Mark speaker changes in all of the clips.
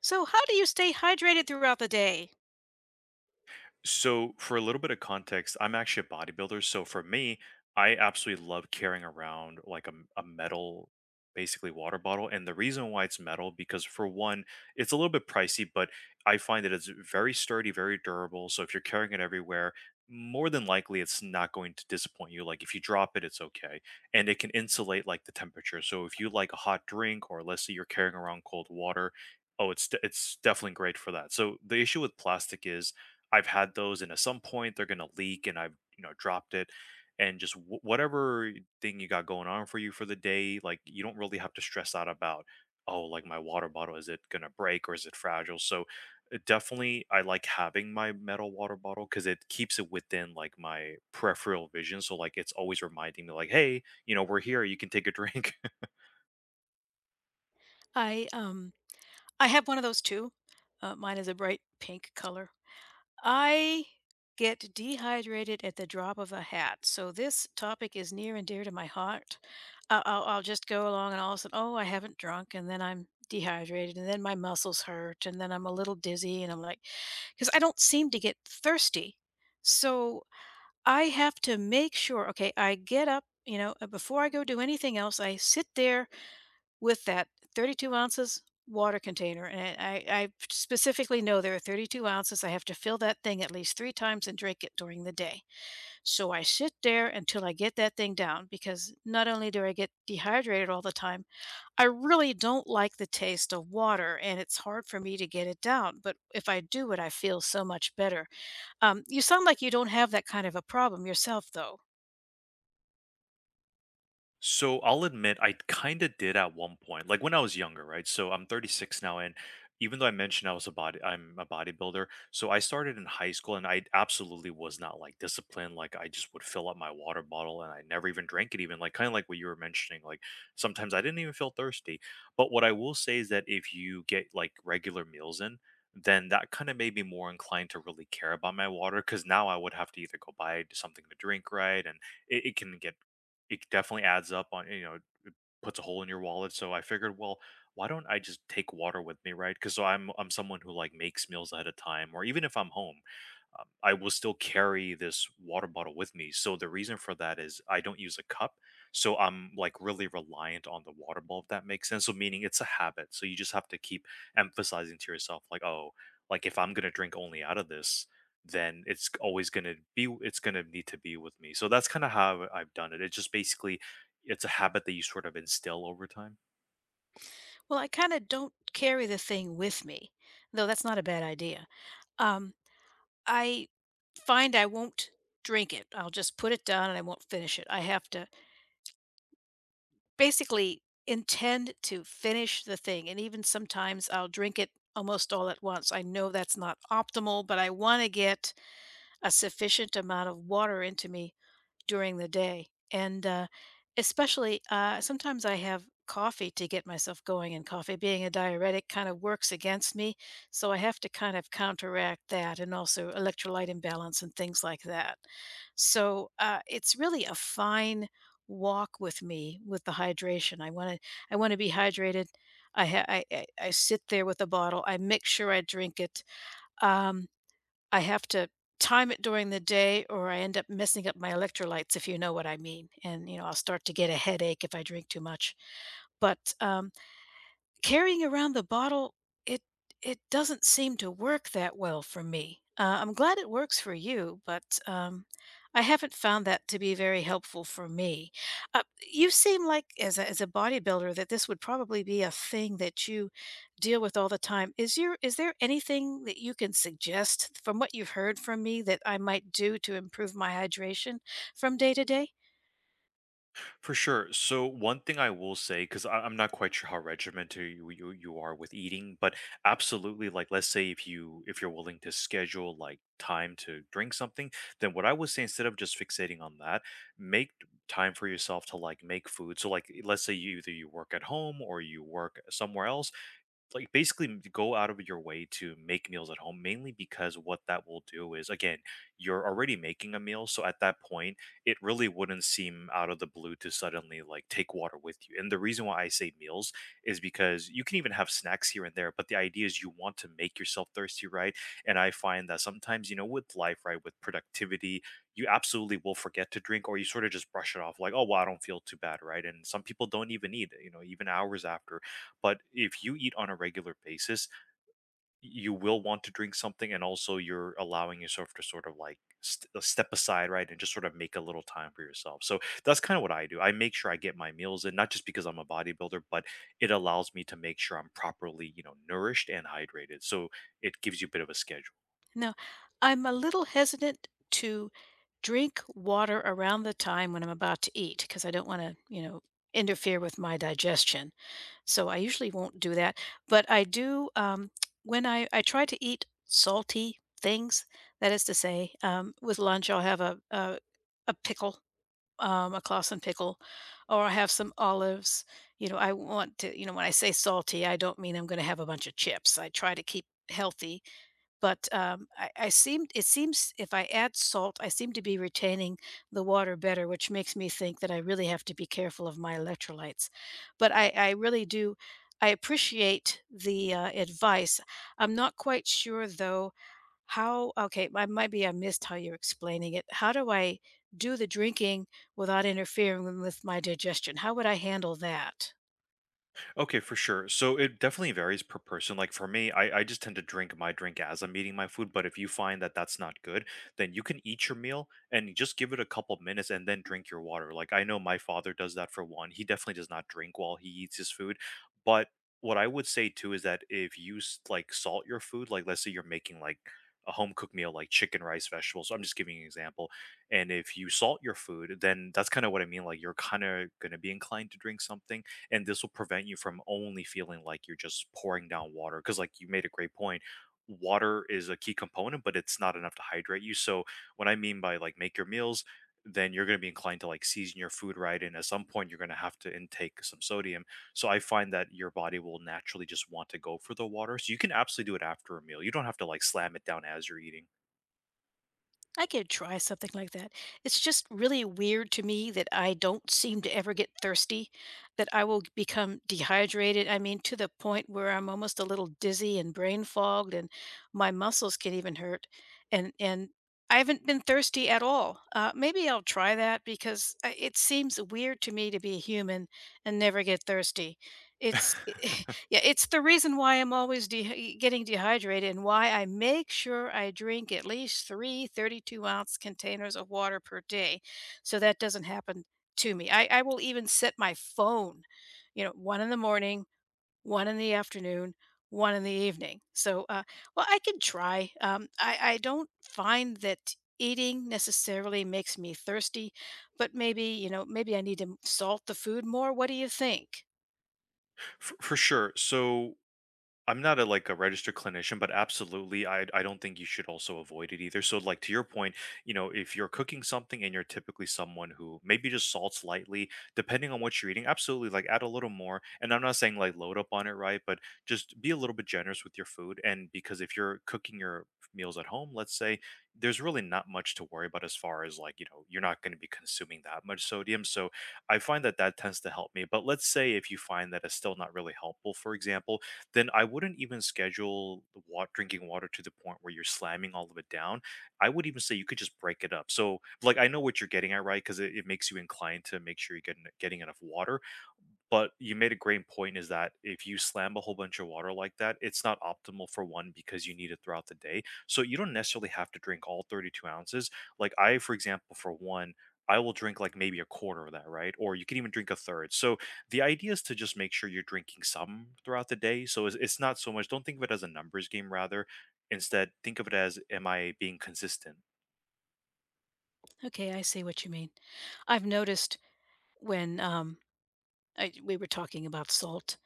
Speaker 1: So, how do you stay hydrated throughout the day?
Speaker 2: So, for a little bit of context, I'm actually a bodybuilder. So, for me, I absolutely love carrying around like a metal, basically water bottle. And the reason why it's metal, because for one, it's a little bit pricey, but I find that it's very sturdy, very durable. So, if you're carrying it everywhere, more than likely it's not going to disappoint you. Like, if you drop it, it's okay. And it can insulate like the temperature. So, if you like a hot drink, or let's say you're carrying around cold water, oh, it's definitely great for that. So the issue with plastic is I've had those, and at some point they're gonna leak, and I've dropped it, and just whatever thing you got going on for you for the day, like, you don't really have to stress out about, oh, like, my water bottle, is it gonna break or is it fragile? So definitely I like having my metal water bottle because it keeps it within like my peripheral vision, so like it's always reminding me like, hey, we're here, you can take a drink.
Speaker 1: I um I have one of those too. Mine is a bright pink color. I get dehydrated at the drop of a hat. So this topic is near and dear to my heart. I'll just go along and all of a sudden, oh, I haven't drunk, and then I'm dehydrated, and then my muscles hurt, and then I'm a little dizzy, and I'm like, because I don't seem to get thirsty. So I have to make sure. Okay, I get up. You know, before I go do anything else, I sit there with that 32 ounces water container, and I specifically know there are 32 ounces. I have to fill that thing at least three times and drink it during the day. So I sit there until I get that thing down because not only do I get dehydrated all the time, I really don't like the taste of water, and it's hard for me to get it down. But if I do it, I feel so much better. You sound like you don't have that kind of a problem yourself, though.
Speaker 2: So I'll admit I kind of did at one point, like when I was younger, right? So I'm 36 now, and even though I mentioned I'm a bodybuilder. So I started in high school, and I absolutely was not like disciplined. Like, I just would fill up my water bottle, and I never even drank it. Even like, kind of like what you were mentioning, like sometimes I didn't even feel thirsty. But what I will say is that if you get like regular meals in, then that kind of made me more inclined to really care about my water because now I would have to either go buy something to drink, right? And it can get, it definitely adds up on, it puts a hole in your wallet. So I figured, well, why don't I just take water with me, right? Because, so I'm someone who like makes meals ahead of time, or even if I'm home, I will still carry this water bottle with me. So the reason for that is I don't use a cup. So I'm like really reliant on the water bottle, if that makes sense. So meaning it's a habit. So you just have to keep emphasizing to yourself, like, oh, like, if I'm gonna drink only out of this, then it's gonna need to be with me. So that's kind of how I've done it. It's just basically it's a habit that you sort of instill over time.
Speaker 1: Well, I kind of don't carry the thing with me, though that's not a bad idea. Um, I find I won't drink it. I'll just put it down and I won't finish it. I have to basically intend to finish the thing. And even sometimes I'll drink it almost all at once. I know that's not optimal, but I want to get a sufficient amount of water into me during the day. And especially, sometimes I have coffee to get myself going, and coffee being a diuretic kind of works against me. So I have to kind of counteract that and also electrolyte imbalance and things like that. So, it's really a fine walk with me with the hydration. I want to be hydrated. I, ha- I sit there with a bottle. I make sure I drink it. Um, I have to time it during the day or I end up messing up my electrolytes, if you know what I mean. And, you know, I'll start to get a headache if I drink too much. But, carrying around the bottle, it it doesn't seem to work that well for me. I'm glad it works for you, but I haven't found that to be very helpful for me. Uh, you seem like, as a bodybuilder, that this would probably be a thing that you deal with all the time. Is there anything that you can suggest from what you've heard from me that I might do to improve my hydration from day to day?
Speaker 2: For sure. So one thing I will say, because I'm not quite sure how regimented you are with eating, but absolutely, like, let's say if you're willing to schedule like time to drink something, then what I would say instead of just fixating on that, make time for yourself to like make food. So, like, let's say you either you work at home or you work somewhere else, like, basically go out of your way to make meals at home, mainly because what that will do is, again, you're already making a meal, so at that point it really wouldn't seem out of the blue to suddenly like take water with you. And the reason why I say meals is because you can even have snacks here and there, but the idea is you want to make yourself thirsty, right? And I find that sometimes, with life, right, with productivity, you absolutely will forget to drink, or you sort of just brush it off, like, oh, well, I don't feel too bad, right? And some people don't even eat, even hours after. But if you eat on a regular basis, you will want to drink something, and also you're allowing yourself to sort of like step aside, right, and just sort of make a little time for yourself. So that's kind of what I do. I make sure I get my meals in, not just because I'm a bodybuilder, but it allows me to make sure I'm properly, nourished and hydrated. So it gives you a bit of a schedule.
Speaker 1: No, I'm a little hesitant to drink water around the time when I'm about to eat because I don't want to, you know, interfere with my digestion. So I usually won't do that. But I do, when I try to eat salty things. That is to say, with lunch I'll have a pickle, a Clausen pickle, or I have some olives. You know, I want to. You know, when I say salty, I don't mean I'm going to have a bunch of chips. I try to keep healthy, but, I seemed it seems if I add salt, I seem to be retaining the water better, which makes me think that I really have to be careful of my electrolytes. But I really do I appreciate the, advice. I'm not quite sure, though, how, okay, I maybe I missed how you're explaining it. How do I do the drinking without interfering with my digestion? How would I handle that?
Speaker 2: Okay, for sure. So it definitely varies per person. Like, for me, I just tend to drink my drink as I'm eating my food. But if you find that that's not good, then you can eat your meal and just give it a couple minutes and then drink your water. Like, I know my father does that for one. He definitely does not drink while he eats his food. But what I would say too is that if you like salt your food, like, let's say you're making like a home cooked meal, like chicken, rice, vegetables. I'm just giving you an example. And if you salt your food, then that's kind of what I mean. Like, you're kind of going to be inclined to drink something, and this will prevent you from only feeling like you're just pouring down water. Because, like, you made a great point, water is a key component, but it's not enough to hydrate you. So what I mean by, like, make your meals, then you're going to be inclined to like season your food, right? And at some point you're going to have to intake some sodium. So I find that your body will naturally just want to go for the water, so you can absolutely do it after a meal, you don't have to like slam it down as you're eating.
Speaker 1: I could try something like that. It's just really weird to me that I don't seem to ever get thirsty, that I will become dehydrated. I mean, to the point where I'm almost a little dizzy and brain fogged, and my muscles can even hurt. And I haven't been thirsty at all. Maybe I'll try that because it seems weird to me to be a human and never get thirsty. It's Yeah, it's the reason why I'm always dehy getting dehydrated and why I make sure I drink at least 3 32-ounce containers of water per day, so that doesn't happen to me. I will even set my phone, you know, 1 in the morning, 1 in the afternoon, 1 in the evening. So, well, I can try. I don't find that eating necessarily makes me thirsty, but maybe, you know, maybe I need to salt the food more. What do you think?
Speaker 2: For sure. So I'm not a like a registered clinician, but absolutely, I don't think you should also avoid it either. So, like, to your point, if you're cooking something and you're typically someone who maybe just salts lightly, depending on what you're eating, absolutely, like, add a little more. And I'm not saying like load up on it, right? But just be a little bit generous with your food. And because if you're cooking your meals at home, let's say, there's really not much to worry about as far as, like, you're not going to be consuming that much sodium. So I find that that tends to help me. But let's say if you find that it's still not really helpful, for example, then I wouldn't even schedule the wat drinking water to the point where you're slamming all of it down. I would even say you could just break it up. So, like, I know what you're getting at, right? Because it makes you inclined to make sure you're getting enough water. But you made a great point, is that if you slam a whole bunch of water like that, it's not optimal, for one because you need it throughout the day. So you don't necessarily have to drink all 32 ounces. Like, I, for example, for one, I will drink like maybe a quarter of that, right? Or you can even drink a third. So the idea is to just make sure you're drinking some throughout the day. So it's not so much, don't think of it as a numbers game, rather. Instead, think of it as, am I being consistent?
Speaker 1: Okay, I see what you mean. I've noticed when, we were talking about salt.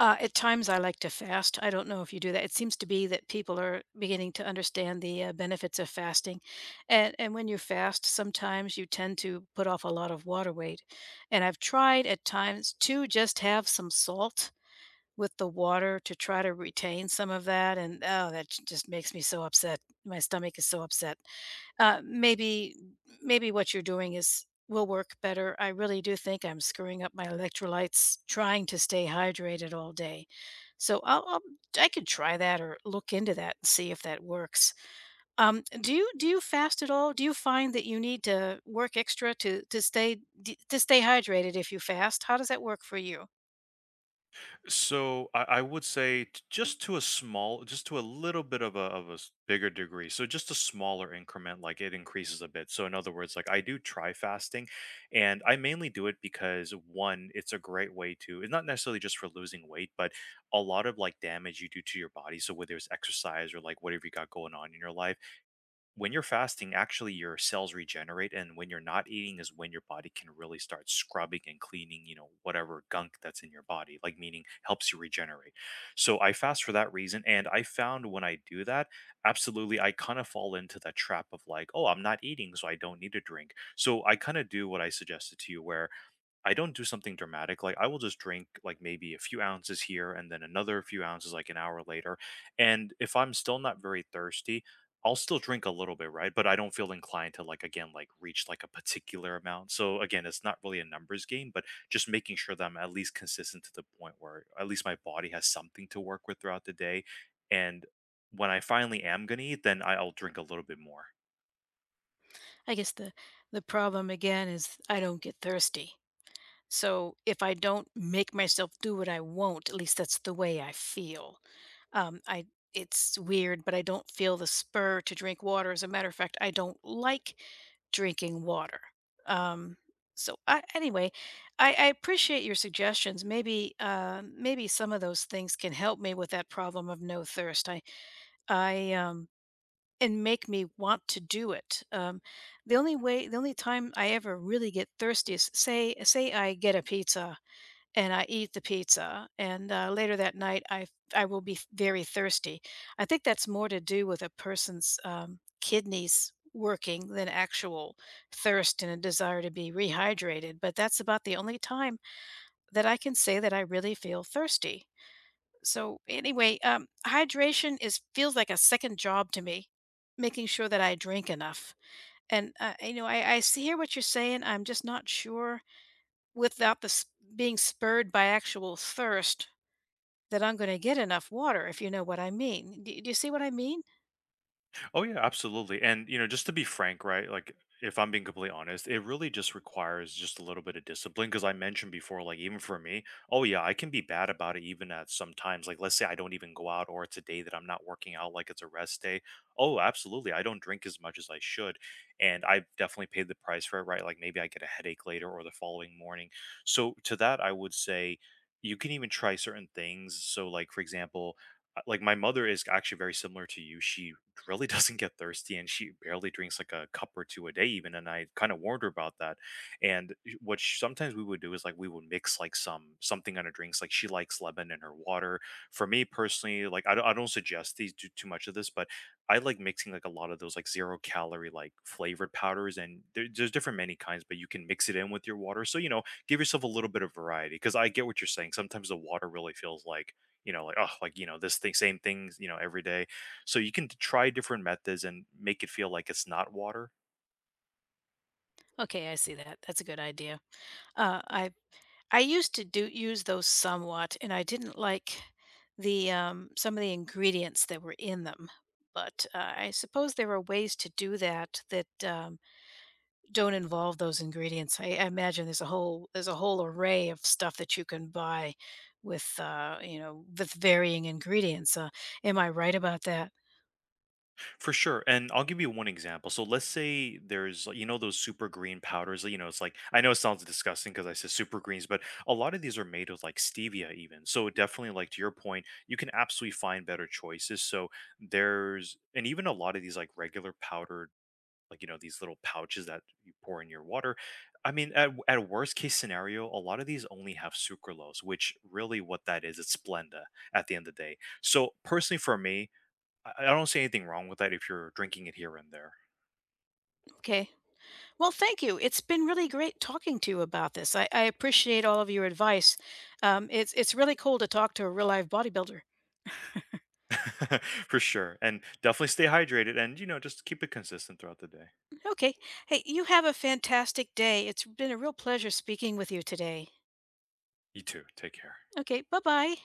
Speaker 1: At times, I like to fast. I don't know if you do that. It seems to be that people are beginning to understand the, benefits of fasting, and when you fast, sometimes you tend to put off a lot of water weight. And I've tried at times to just have some salt with the water to try to retain some of that, and oh, that just makes me so upset. My stomach is so upset. Uh, maybe maybe what you're doing is will work better. I really do think I'm screwing up my electrolytes trying to stay hydrated all day. So, I could try that or look into that and see if that works. Do you fast at all? Do you find that you need to work extra to stay hydrated if you fast? How does that work for you?
Speaker 2: So I would say just to a little bit of a bigger degree. So just a smaller increment, like it increases a bit. So in other words, like, I do try fasting, and I mainly do it because, one, it's a great way to, it's not necessarily just for losing weight, but a lot of like damage you do to your body. So whether it's exercise or like whatever you got going on in your life, when you're fasting, actually your cells regenerate, and when you're not eating is when your body can really start scrubbing and cleaning, whatever gunk that's in your body, like, meaning helps you regenerate. So I fast for that reason. And I found when I do that, absolutely, I kind of fall into that trap of like, oh, I'm not eating, so I don't need to drink. So I kind of do what I suggested to you, where I don't do something dramatic. Like, I will just drink like maybe a few ounces here, and then another few ounces like an hour later. And if I'm still not very thirsty, I'll still drink a little bit, right? But I don't feel inclined to like, again, like, reach like a particular amount. So again, it's not really a numbers game, but just making sure that I'm at least consistent to the point where at least my body has something to work with throughout the day. And when I finally am gonna eat, then I'll drink a little bit more.
Speaker 1: I guess the problem again is I don't get thirsty. So if I don't make myself do it, I won't. At least that's the way I feel. I It's weird, but I don't feel the spur to drink water. As a matter of fact, I don't like drinking water. Um, so, anyway, I appreciate your suggestions. Maybe some of those things can help me with that problem of no thirst. I and make me want to do it. The only time I ever really get thirsty is say I get a pizza and I eat the pizza, and, later that night, I will be very thirsty. I think that's more to do with a person's, kidneys working than actual thirst and a desire to be rehydrated, but that's about the only time that I can say that I really feel thirsty. So, anyway, hydration is feels like a second job to me, making sure that I drink enough, and, you know, I see hear what you're saying, I'm just not sure without the s being spurred by actual thirst that I'm gonna get enough water, if you know what I mean. Do you see what I mean?
Speaker 2: Oh yeah, absolutely. And, just to be frank, right? Like, if I'm being completely honest, it really just requires just a little bit of discipline because I mentioned before, like, even for me, oh yeah, I can be bad about it even at sometimes, like, let's say I don't even go out or it's a day that I'm not working out, like it's a rest day. Oh, absolutely. I don't drink as much as I should, and I've definitely paid the price for it, right? Like, maybe I get a headache later or the following morning. So to that I would say, you can even try certain things. So, like, for example, like, my mother is actually very similar to you. She really doesn't get thirsty, and she barely drinks like a cup or two a day even. And I kind of warned her about that, and sometimes we would do is, like, we would mix like something on her drinks, like she likes lemon in her water. For me personally, like, I don't suggest these do too much of this, but I like mixing like a lot of those, like, zero calorie, like, flavored powders. And there's different many kinds, but you can mix it in with your water, so give yourself a little bit of variety, because I get what you're saying. Sometimes the water really feels like, like, oh, like, this thing, same things, every day. So you can try different methods and make it feel like it's not water.
Speaker 1: Okay, I see that. That's a good idea. Uh, I I used to do use those somewhat, and I didn't like some of the ingredients that were in them, but, I suppose there are ways to do that that, don't involve those ingredients. I imagine there's a whole array of stuff that you can buy with you know with varying ingredients. Am I right about that?
Speaker 2: For sure. And I'll give you one example. So let's say there's, like, those super green powders. It's like, I know it sounds disgusting because I said super greens, but a lot of these are made with like stevia, even. So definitely, like, to your point, you can absolutely find better choices. So there's, and even a lot of these like regular powdered, like, these little pouches that you pour in your water. I mean, at worst case scenario, a lot of these only have sucralose, which really what that is, it's Splenda at the end of the day. So personally, for me, I don't see anything wrong with that if you're drinking it here and there.
Speaker 1: Okay. Well, thank you. It's been really great talking to you about this. I appreciate all of your advice. It's really cool to talk to a real live bodybuilder.
Speaker 2: For sure, and definitely stay hydrated, and just keep it consistent throughout the day.
Speaker 1: Okay. Hey, you have a fantastic day. It's been a real pleasure speaking with you today.
Speaker 2: You too, take care.
Speaker 1: Okay. Bye bye.